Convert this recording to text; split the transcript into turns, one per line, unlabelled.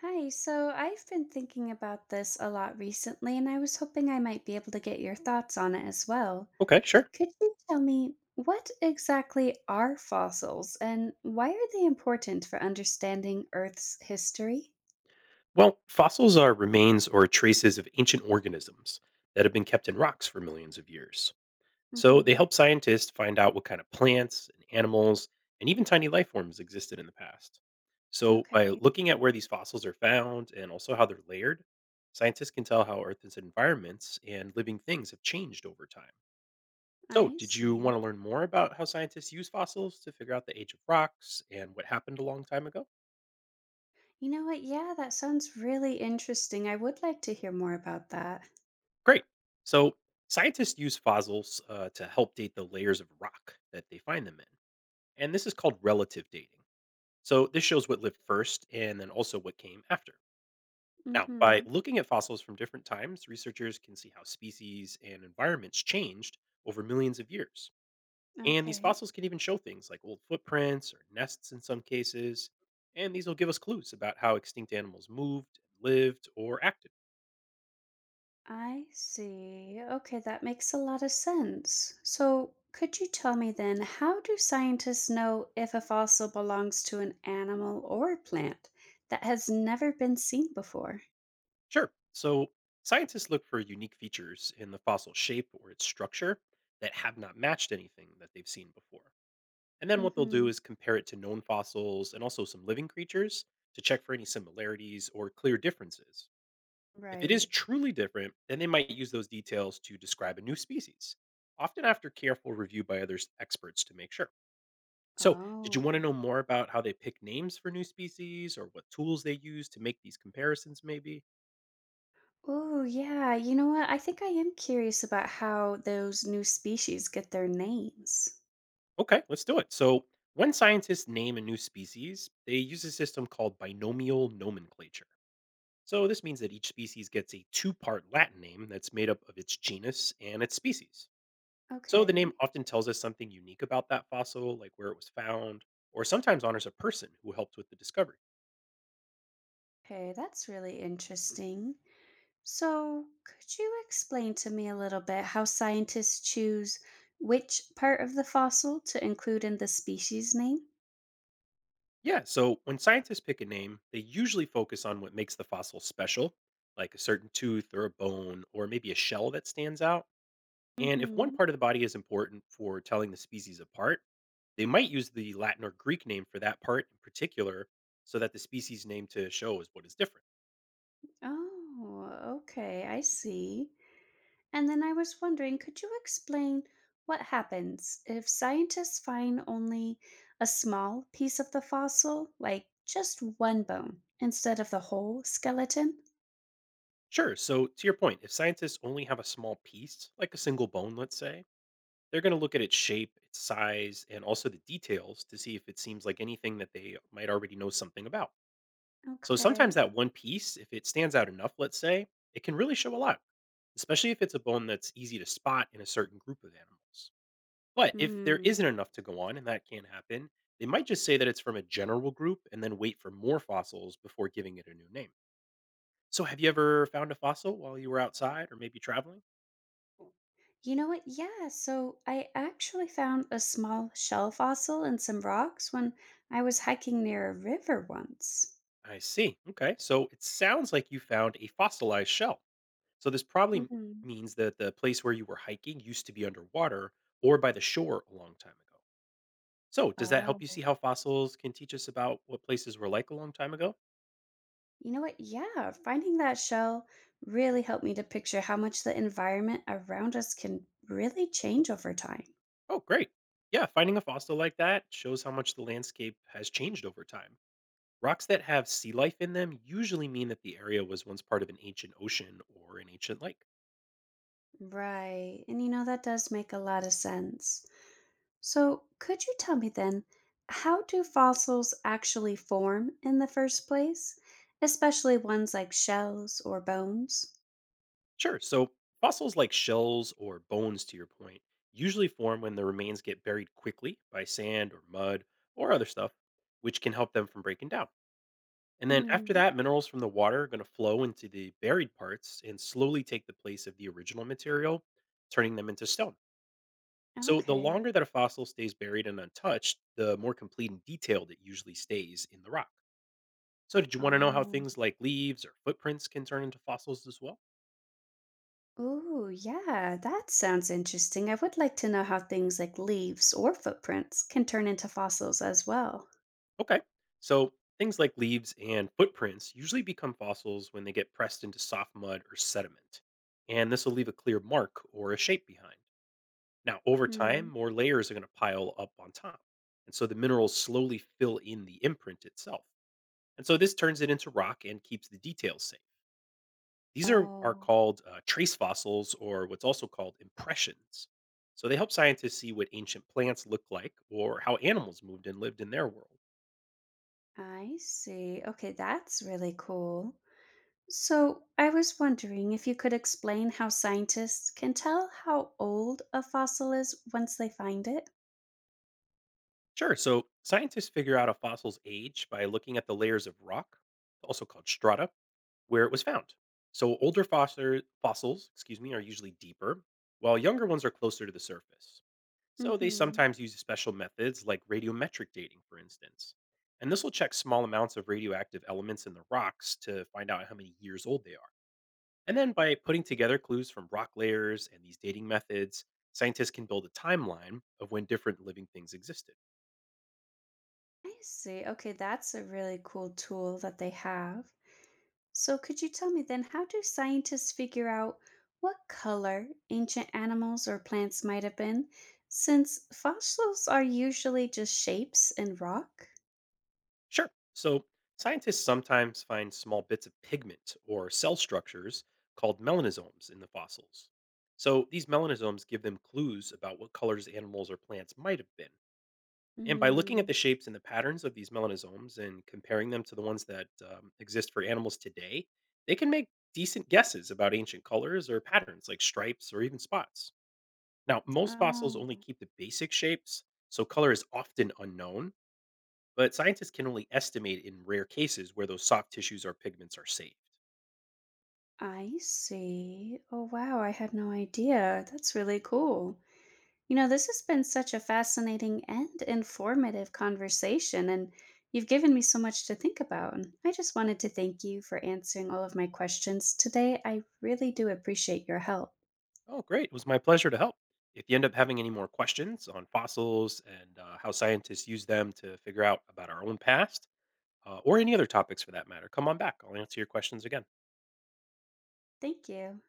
Hi, so I've been thinking about this a lot recently, and I was hoping I might be able to get your thoughts on it as well.
Okay, sure.
Could you tell me what exactly are fossils and why are they important for understanding Earth's history?
Well, fossils are remains or traces of ancient organisms that have been kept in rocks for millions of years. So they
Mm-hmm.
help scientists find out what kind of plants and animals and even tiny life forms existed in the past. So by
Okay,
looking at where these fossils are found and also how they're layered, scientists can tell how Earth's environments and living things have changed over time. So,
I
did you
see.
want to learn more about how scientists use fossils to figure out the age of rocks and what happened a long time ago?
You know what? Yeah, that sounds really interesting. I would like to hear more about that.
Great. So scientists use fossils to help date the layers of rock that they find them in. And this is called relative dating. So this shows what lived first and then also what came after. Now, by
Mm-hmm.
looking at fossils from different times, researchers can see how species and environments changed over millions of years. And these
Okay.
fossils can even show things like old footprints or nests in some cases. And these will give us clues about how extinct animals moved, lived, or acted.
I see. Okay, that makes a lot of sense. So, could you tell me then, how do scientists know if a fossil belongs to an animal or plant that has never been seen before?
Sure. So scientists look for unique features in the fossil shape or its structure that have not matched anything that they've seen before. And then what they'll do
Mm-hmm.
is compare it to known fossils and also some living creatures to check for any similarities or clear differences. If it is
Right.
truly different, then they might use those details to describe a new species, often after careful review by experts to make sure. So, did you
Oh.
want to know more about how they pick names for new species or what tools they use to make these comparisons, maybe?
Oh, yeah. You know what? I think I am curious about how those new species get their names.
Okay, let's do it. So, when scientists name a new species, they use a system called binomial nomenclature. So, this means that each species gets a two-part Latin name that's made up of its genus and its species. So, the
Okay.
name often tells us something unique about that fossil, like where it was found, or sometimes honors a person who helped with the discovery.
Okay, that's really interesting. So, could you explain to me a little bit how scientists choose which part of the fossil to include in the species name?
Yeah, so when scientists pick a name, they usually focus on what makes the fossil special, like a certain tooth or a bone, or maybe a shell that stands out. And if one
Mm-hmm.
part of the body is important for telling the species apart, they might use the Latin or Greek name for that part in particular so that the species name to show is what is different.
Oh, okay, I see. And then I was wondering, could you explain what happens if scientists find only a small piece of the fossil, like just one bone, instead of the whole skeleton?
Sure, so to your point, if scientists only have a small piece, like a single bone, let's say, they're going to look at its shape, its size, and also the details to see if it seems like anything that they might already know something about. So sometimes
Okay.
that one piece, if it stands out enough, let's say, it can really show a lot, especially if it's a bone that's easy to spot in a certain group of animals. But if there isn't enough to go on, and that can happen, they might just say that it's from a general group and then wait for more fossils before giving it a new name. So, have you ever found a fossil while you were outside or maybe traveling?
You know what? Yeah. So I actually found a small shell fossil in some rocks when I was hiking near a river once.
I see. Okay. So, it sounds like you found a fossilized shell. So, this probably
Hmm.
means that the place where you were hiking used to be underwater or by the shore a long time ago. So, does that help you see
Oh.
how fossils can teach us about what places were like a long time ago?
You know what? Yeah. Finding that shell really helped me to picture how much the environment around us can really change over time.
Oh, great. Yeah, finding a fossil like that shows how much the landscape has changed over time. Rocks that have sea life in them usually mean that the area was once part of an ancient ocean or an ancient lake.
Right. And you know, that does make a lot of sense. So, could you tell me then, how do fossils actually form in the first place, especially ones like shells or bones?
Sure, so fossils like shells or bones, to your point, usually form when the remains get buried quickly by sand or mud or other stuff, which can help them from breaking down. And then after
Hmm.
that, minerals from the water are going to flow into the buried parts and slowly take the place of the original material, turning them into stone. So the
Okay.
longer that a fossil stays buried and untouched, the more complete and detailed it usually stays in the rock. So did you want to know how
Oh.
things like leaves or footprints can turn into fossils as well?
Ooh, yeah, that sounds interesting. I would like to know how things like leaves or footprints can turn into fossils as well.
Okay. So things like leaves and footprints usually become fossils when they get pressed into soft mud or sediment. And this will leave a clear mark or a shape behind. Now, over time,
Hmm.
more layers are going to pile up on top. And so the minerals slowly fill in the imprint itself. And so this turns it into rock and keeps the details safe. These are
Oh,
called trace fossils, or what's also called impressions. So they help scientists see what ancient plants look like, or how animals moved and lived in their world.
I see. Okay, that's really cool. So, I was wondering if you could explain how scientists can tell how old a fossil is once they find it?
Sure. So scientists figure out a fossil's age by looking at the layers of rock, also called strata, where it was found. So fossils, excuse me, are usually deeper, while younger ones are closer to the surface. So they
Mhm.
sometimes use special methods like radiometric dating, for instance. And this will check small amounts of radioactive elements in the rocks to find out how many years old they are. And then by putting together clues from rock layers and these dating methods, scientists can build a timeline of when different living things existed.
I see. Okay, that's a really cool tool that they have. So, could you tell me then how do scientists figure out what color ancient animals or plants might have been since fossils are usually just shapes in rock?
Sure. So scientists sometimes find small bits of pigment or cell structures called melanosomes in the fossils. So these melanosomes give them clues about what colors animals or plants might have been. And by looking at the
Mm.
shapes and the patterns of these melanosomes and comparing them to the ones that exist for animals today, they can make decent guesses about ancient colors or patterns like stripes or even spots. Now, most fossils only
Oh,
keep the basic shapes, so color is often unknown, but scientists can only estimate in rare cases where those soft tissues or pigments are saved.
I see. Oh, wow, I had no idea. That's really cool. You know, this has been such a fascinating and informative conversation, and you've given me so much to think about. And I just wanted to thank you for answering all of my questions today. I really do appreciate your help.
Oh, great. It was my pleasure to help. If you end up having any more questions on fossils and how scientists use them to figure out about our own past, or any other topics for that matter. Come on back. I'll answer your questions again.
Thank you.